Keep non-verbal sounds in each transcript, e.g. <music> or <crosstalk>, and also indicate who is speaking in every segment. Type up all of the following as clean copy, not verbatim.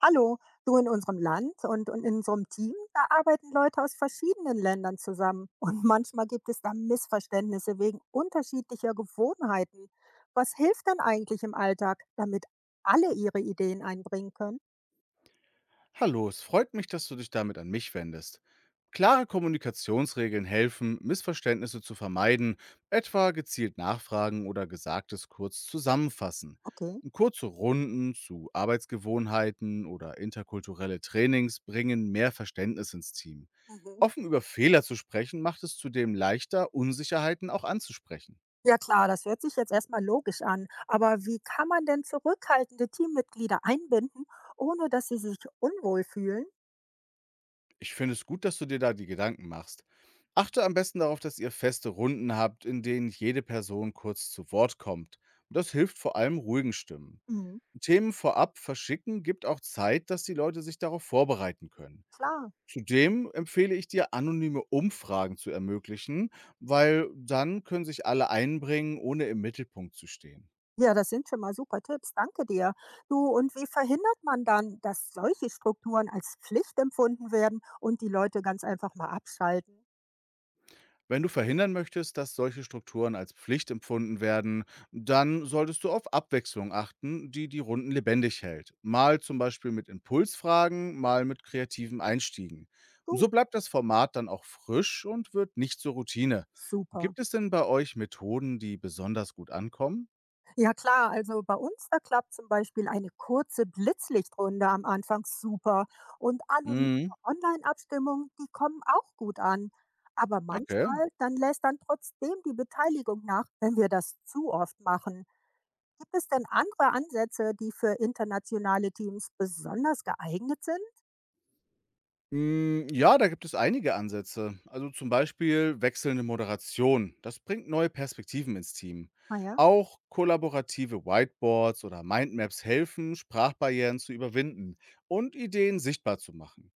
Speaker 1: Hallo, du in unserem Land und in unserem Team, da arbeiten Leute aus verschiedenen Ländern zusammen. <laughs> Und manchmal gibt es da Missverständnisse wegen unterschiedlicher Gewohnheiten. Was hilft denn eigentlich im Alltag, damit alle ihre Ideen einbringen können?
Speaker 2: Hallo, es freut mich, dass du dich damit an mich wendest. Klare Kommunikationsregeln helfen, Missverständnisse zu vermeiden, etwa gezielt nachfragen oder Gesagtes kurz zusammenfassen.
Speaker 1: Okay.
Speaker 2: Kurze Runden zu Arbeitsgewohnheiten oder interkulturelle Trainings bringen mehr Verständnis ins Team.
Speaker 1: Mhm.
Speaker 2: Offen über Fehler zu sprechen macht es zudem leichter, Unsicherheiten auch anzusprechen.
Speaker 1: Ja klar, das hört sich jetzt erstmal logisch an, aber wie kann man denn zurückhaltende Teammitglieder einbinden, ohne dass sie sich unwohl fühlen?
Speaker 2: Ich finde es gut, dass du dir da die Gedanken machst. Achte am besten darauf, dass ihr feste Runden habt, in denen jede Person kurz zu Wort kommt. Das hilft vor allem ruhigen Stimmen.
Speaker 1: Mhm.
Speaker 2: Themen vorab verschicken gibt auch Zeit, dass die Leute sich darauf vorbereiten können.
Speaker 1: Klar.
Speaker 2: Zudem empfehle ich dir, anonyme Umfragen zu ermöglichen, weil dann können sich alle einbringen, ohne im Mittelpunkt zu stehen.
Speaker 1: Ja, das sind schon mal super Tipps. Danke dir. Du, und wie verhindert man dann, dass solche Strukturen als Pflicht empfunden werden und die Leute ganz einfach mal abschalten?
Speaker 2: Wenn du verhindern möchtest, dass solche Strukturen als Pflicht empfunden werden, dann solltest du auf Abwechslung achten, die die Runden lebendig hält. Mal zum Beispiel mit Impulsfragen, mal mit kreativen Einstiegen.
Speaker 1: Gut,
Speaker 2: So bleibt das Format dann auch frisch und wird nicht zur Routine.
Speaker 1: super.
Speaker 2: Gibt es denn bei euch Methoden, die besonders gut ankommen?
Speaker 1: Ja, klar. Also bei uns, da klappt zum Beispiel eine kurze Blitzlichtrunde am Anfang super. Und anonyme
Speaker 2: Mhm.
Speaker 1: Online-Abstimmungen, die kommen auch gut an. Aber
Speaker 2: Okay.
Speaker 1: manchmal, dann lässt dann trotzdem die Beteiligung nach, wenn wir das zu oft machen. Gibt es denn andere Ansätze, die für internationale Teams besonders geeignet sind?
Speaker 2: Hm, ja, da gibt es einige Ansätze. Also zum Beispiel wechselnde Moderation. Das bringt neue Perspektiven ins Team.
Speaker 1: Ah ja.
Speaker 2: Auch kollaborative Whiteboards oder Mindmaps helfen, Sprachbarrieren zu überwinden und Ideen sichtbar zu machen.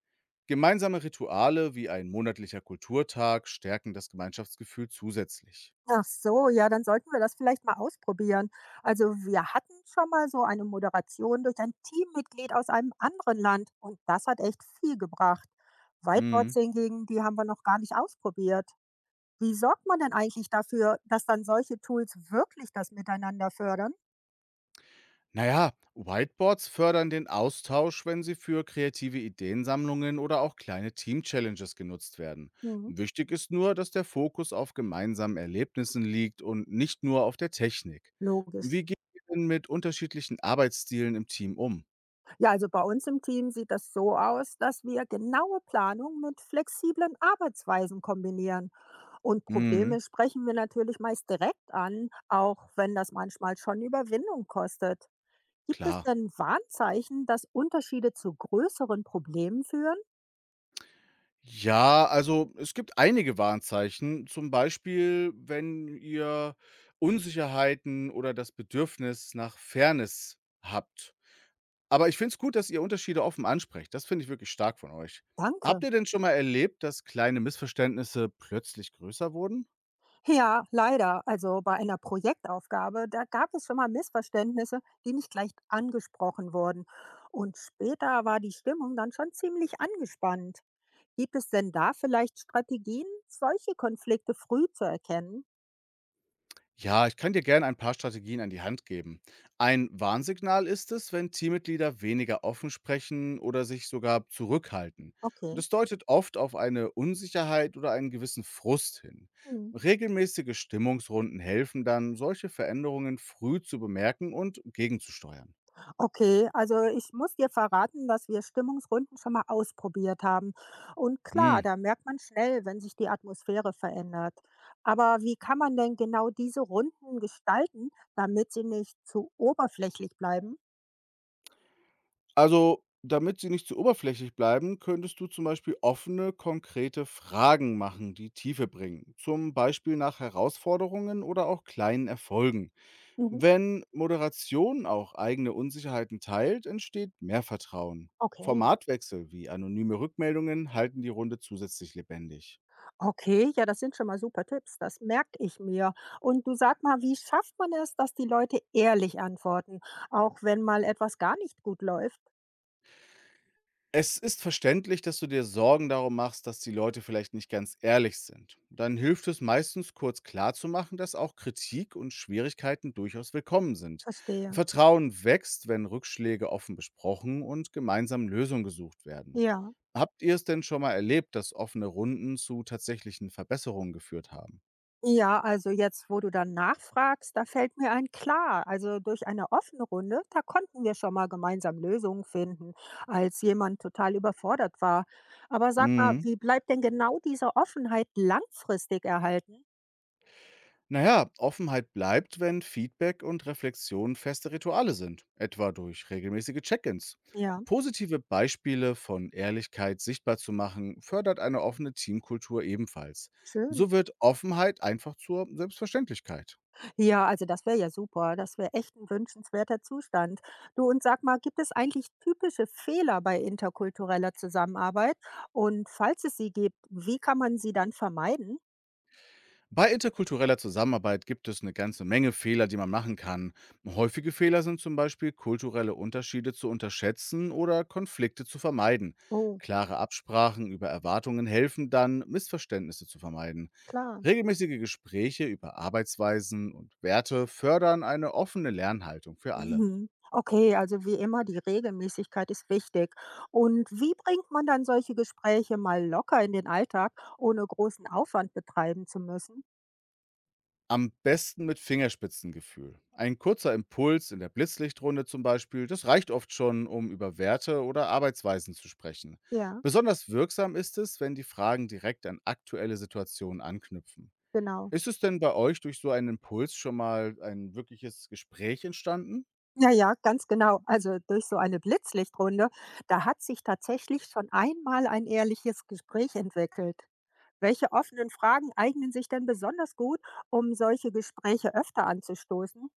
Speaker 2: Gemeinsame Rituale wie ein monatlicher Kulturtag stärken das Gemeinschaftsgefühl zusätzlich.
Speaker 1: Ach so, ja, dann sollten wir das vielleicht mal ausprobieren. Also wir hatten schon mal so eine Moderation durch ein Teammitglied aus einem anderen Land und das hat echt viel gebracht. Whiteboards
Speaker 2: Hm.
Speaker 1: hingegen, die haben wir noch gar nicht ausprobiert. Wie sorgt man denn eigentlich dafür, dass dann solche Tools wirklich das Miteinander fördern?
Speaker 2: Naja, Whiteboards fördern den Austausch, wenn sie für kreative Ideensammlungen oder auch kleine Team-Challenges genutzt werden.
Speaker 1: Mhm.
Speaker 2: Wichtig ist nur, dass der Fokus auf gemeinsamen Erlebnissen liegt und nicht nur auf der Technik.
Speaker 1: Logisch.
Speaker 2: Wie geht ihr denn mit unterschiedlichen Arbeitsstilen im Team um?
Speaker 1: Ja, also bei uns im Team sieht das so aus, dass wir genaue Planung mit flexiblen Arbeitsweisen kombinieren. Und
Speaker 2: Mhm,
Speaker 1: Probleme sprechen wir natürlich meist direkt an, auch wenn das manchmal schon Überwindung kostet. Gibt es
Speaker 2: klar.
Speaker 1: denn Warnzeichen, dass Unterschiede zu größeren Problemen führen?
Speaker 2: Ja, also es gibt einige Warnzeichen, zum Beispiel, wenn ihr Unsicherheiten oder das Bedürfnis nach Fairness habt. Aber ich finde es gut, dass ihr Unterschiede offen ansprecht. Das finde ich wirklich stark von euch. Habt
Speaker 1: Danke.
Speaker 2: ihr denn schon mal erlebt, dass kleine Missverständnisse plötzlich größer wurden?
Speaker 1: Ja, leider. Also bei einer Projektaufgabe, da gab es schon mal Missverständnisse, die nicht gleich angesprochen wurden. Und später war die Stimmung dann schon ziemlich angespannt. Gibt es denn da vielleicht Strategien, solche Konflikte früh zu erkennen?
Speaker 2: Ja, ich kann dir gerne ein paar Strategien an die Hand geben. Ein Warnsignal ist es, wenn Teammitglieder weniger offen sprechen oder sich sogar zurückhalten. Und
Speaker 1: Okay.
Speaker 2: das deutet oft auf eine Unsicherheit oder einen gewissen Frust hin.
Speaker 1: Hm.
Speaker 2: Regelmäßige Stimmungsrunden helfen dann, solche Veränderungen früh zu bemerken und gegenzusteuern.
Speaker 1: Okay, also ich muss dir verraten, dass wir Stimmungsrunden schon mal ausprobiert haben. Und
Speaker 2: Hm.
Speaker 1: klar, da merkt man schnell, wenn sich die Atmosphäre verändert. Aber wie kann man denn genau diese Runden gestalten, damit sie nicht zu oberflächlich bleiben?
Speaker 2: Also, damit sie nicht zu oberflächlich bleiben, könntest du zum Beispiel offene, konkrete Fragen machen, die Tiefe bringen. Zum Beispiel nach Herausforderungen oder auch kleinen Erfolgen.
Speaker 1: Mhm.
Speaker 2: Wenn Moderation auch eigene Unsicherheiten teilt, entsteht mehr Vertrauen.
Speaker 1: Okay.
Speaker 2: Formatwechsel wie anonyme Rückmeldungen halten die Runde zusätzlich lebendig.
Speaker 1: Okay, ja, das sind schon mal super Tipps, das merke ich mir. Und du sag mal, wie schafft man es, dass die Leute ehrlich antworten, auch wenn mal etwas gar nicht gut läuft?
Speaker 2: Es ist verständlich, dass du dir Sorgen darum machst, dass die Leute vielleicht nicht ganz ehrlich sind. Dann hilft es meistens kurz klarzumachen, dass auch Kritik und Schwierigkeiten durchaus willkommen sind.
Speaker 1: Verstehe.
Speaker 2: Vertrauen wächst, wenn Rückschläge offen besprochen und gemeinsam Lösungen gesucht werden.
Speaker 1: Ja.
Speaker 2: Habt ihr es denn schon mal erlebt, dass offene Runden zu tatsächlichen Verbesserungen geführt haben?
Speaker 1: Ja, also jetzt, wo du dann nachfragst, da fällt mir ein klar. Also durch eine offene Runde, da konnten wir schon mal gemeinsam Lösungen finden, als jemand total überfordert war. Aber sag mal,
Speaker 2: Mhm.
Speaker 1: wie bleibt denn genau diese Offenheit langfristig erhalten?
Speaker 2: Naja, Offenheit bleibt, wenn Feedback und Reflexion feste Rituale sind, etwa durch regelmäßige Check-ins.
Speaker 1: Ja,
Speaker 2: Positive Beispiele von Ehrlichkeit sichtbar zu machen, fördert eine offene Teamkultur ebenfalls.
Speaker 1: schön.
Speaker 2: So wird Offenheit einfach zur Selbstverständlichkeit.
Speaker 1: Ja, also das wäre ja super. Das wäre echt ein wünschenswerter Zustand. Du und sag mal, gibt es eigentlich typische Fehler bei interkultureller Zusammenarbeit? Und falls es sie gibt, wie kann man sie dann vermeiden?
Speaker 2: Bei interkultureller Zusammenarbeit gibt es eine ganze Menge Fehler, die man machen kann. Häufige Fehler sind zum Beispiel, kulturelle Unterschiede zu unterschätzen oder Konflikte zu vermeiden.
Speaker 1: Oh,
Speaker 2: Klare Absprachen über Erwartungen helfen dann, Missverständnisse zu vermeiden.
Speaker 1: klar.
Speaker 2: Regelmäßige Gespräche über Arbeitsweisen und Werte fördern eine offene Lernhaltung für alle.
Speaker 1: Mhm. Okay, also wie immer, die Regelmäßigkeit ist wichtig. Und wie bringt man dann solche Gespräche mal locker in den Alltag, ohne großen Aufwand betreiben zu müssen?
Speaker 2: Am besten mit Fingerspitzengefühl. Ein kurzer Impuls in der Blitzlichtrunde zum Beispiel, das reicht oft schon, um über Werte oder Arbeitsweisen zu sprechen.
Speaker 1: Ja,
Speaker 2: Besonders wirksam ist es, wenn die Fragen direkt an aktuelle Situationen anknüpfen.
Speaker 1: genau.
Speaker 2: Ist es denn bei euch durch so einen Impuls schon mal ein wirkliches Gespräch entstanden?
Speaker 1: Ja, ja, ganz genau. Also durch so eine Blitzlichtrunde, da hat sich tatsächlich schon einmal ein ehrliches Gespräch entwickelt. Welche offenen Fragen eignen sich denn besonders gut, um solche Gespräche öfter anzustoßen?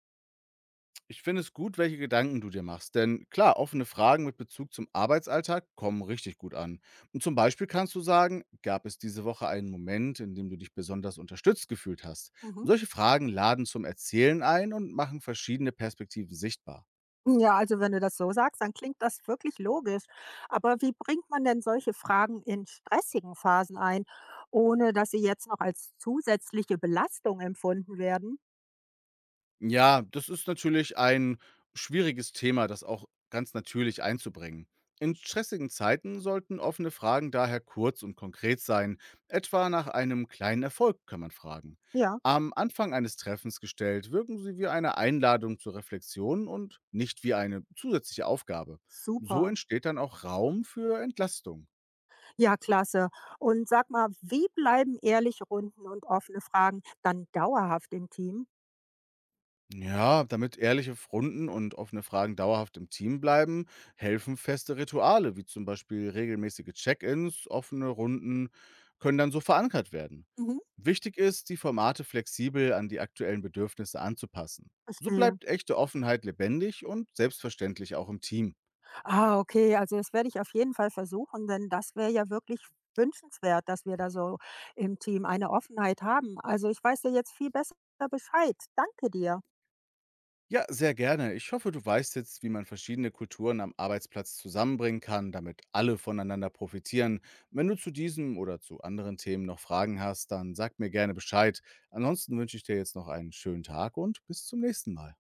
Speaker 2: Ich finde es gut, welche Gedanken du dir machst, denn klar, offene Fragen mit Bezug zum Arbeitsalltag kommen richtig gut an. Und zum Beispiel kannst du sagen, gab es diese Woche einen Moment, in dem du dich besonders unterstützt gefühlt hast?
Speaker 1: Mhm.
Speaker 2: Solche Fragen laden zum Erzählen ein und machen verschiedene Perspektiven sichtbar.
Speaker 1: Ja, also wenn du das so sagst, dann klingt das wirklich logisch. Aber wie bringt man denn solche Fragen in stressigen Phasen ein, ohne dass sie jetzt noch als zusätzliche Belastung empfunden werden?
Speaker 2: Ja, das ist natürlich ein schwieriges Thema, das auch ganz natürlich einzubringen. In stressigen Zeiten sollten offene Fragen daher kurz und konkret sein. Etwa nach einem kleinen Erfolg kann man fragen.
Speaker 1: Ja,
Speaker 2: Am Anfang eines Treffens gestellt, wirken sie wie eine Einladung zur Reflexion und nicht wie eine zusätzliche Aufgabe. So
Speaker 1: super.
Speaker 2: entsteht dann auch Raum für Entlastung.
Speaker 1: Ja, klasse. Und sag mal, wie bleiben ehrliche Runden und offene Fragen dann dauerhaft im Team?
Speaker 2: Ja, damit ehrliche Runden und offene Fragen dauerhaft im Team bleiben, helfen feste Rituale, wie zum Beispiel regelmäßige Check-ins. Offene Runden können dann so verankert werden.
Speaker 1: Mhm.
Speaker 2: Wichtig ist, die Formate flexibel an die aktuellen Bedürfnisse anzupassen. So
Speaker 1: Verstehe.
Speaker 2: bleibt echte Offenheit lebendig und selbstverständlich auch im Team.
Speaker 1: Ah, okay. Also das werde ich auf jeden Fall versuchen, denn das wäre ja wirklich wünschenswert, dass wir da so im Team eine Offenheit haben. Also ich weiß ja jetzt viel besser Bescheid. Danke dir.
Speaker 2: Ja, sehr gerne. Ich hoffe, du weißt jetzt, wie man verschiedene Kulturen am Arbeitsplatz zusammenbringen kann, damit alle voneinander profitieren. Wenn du zu diesem oder zu anderen Themen noch Fragen hast, dann sag mir gerne Bescheid. Ansonsten wünsche ich dir jetzt noch einen schönen Tag und bis zum nächsten Mal.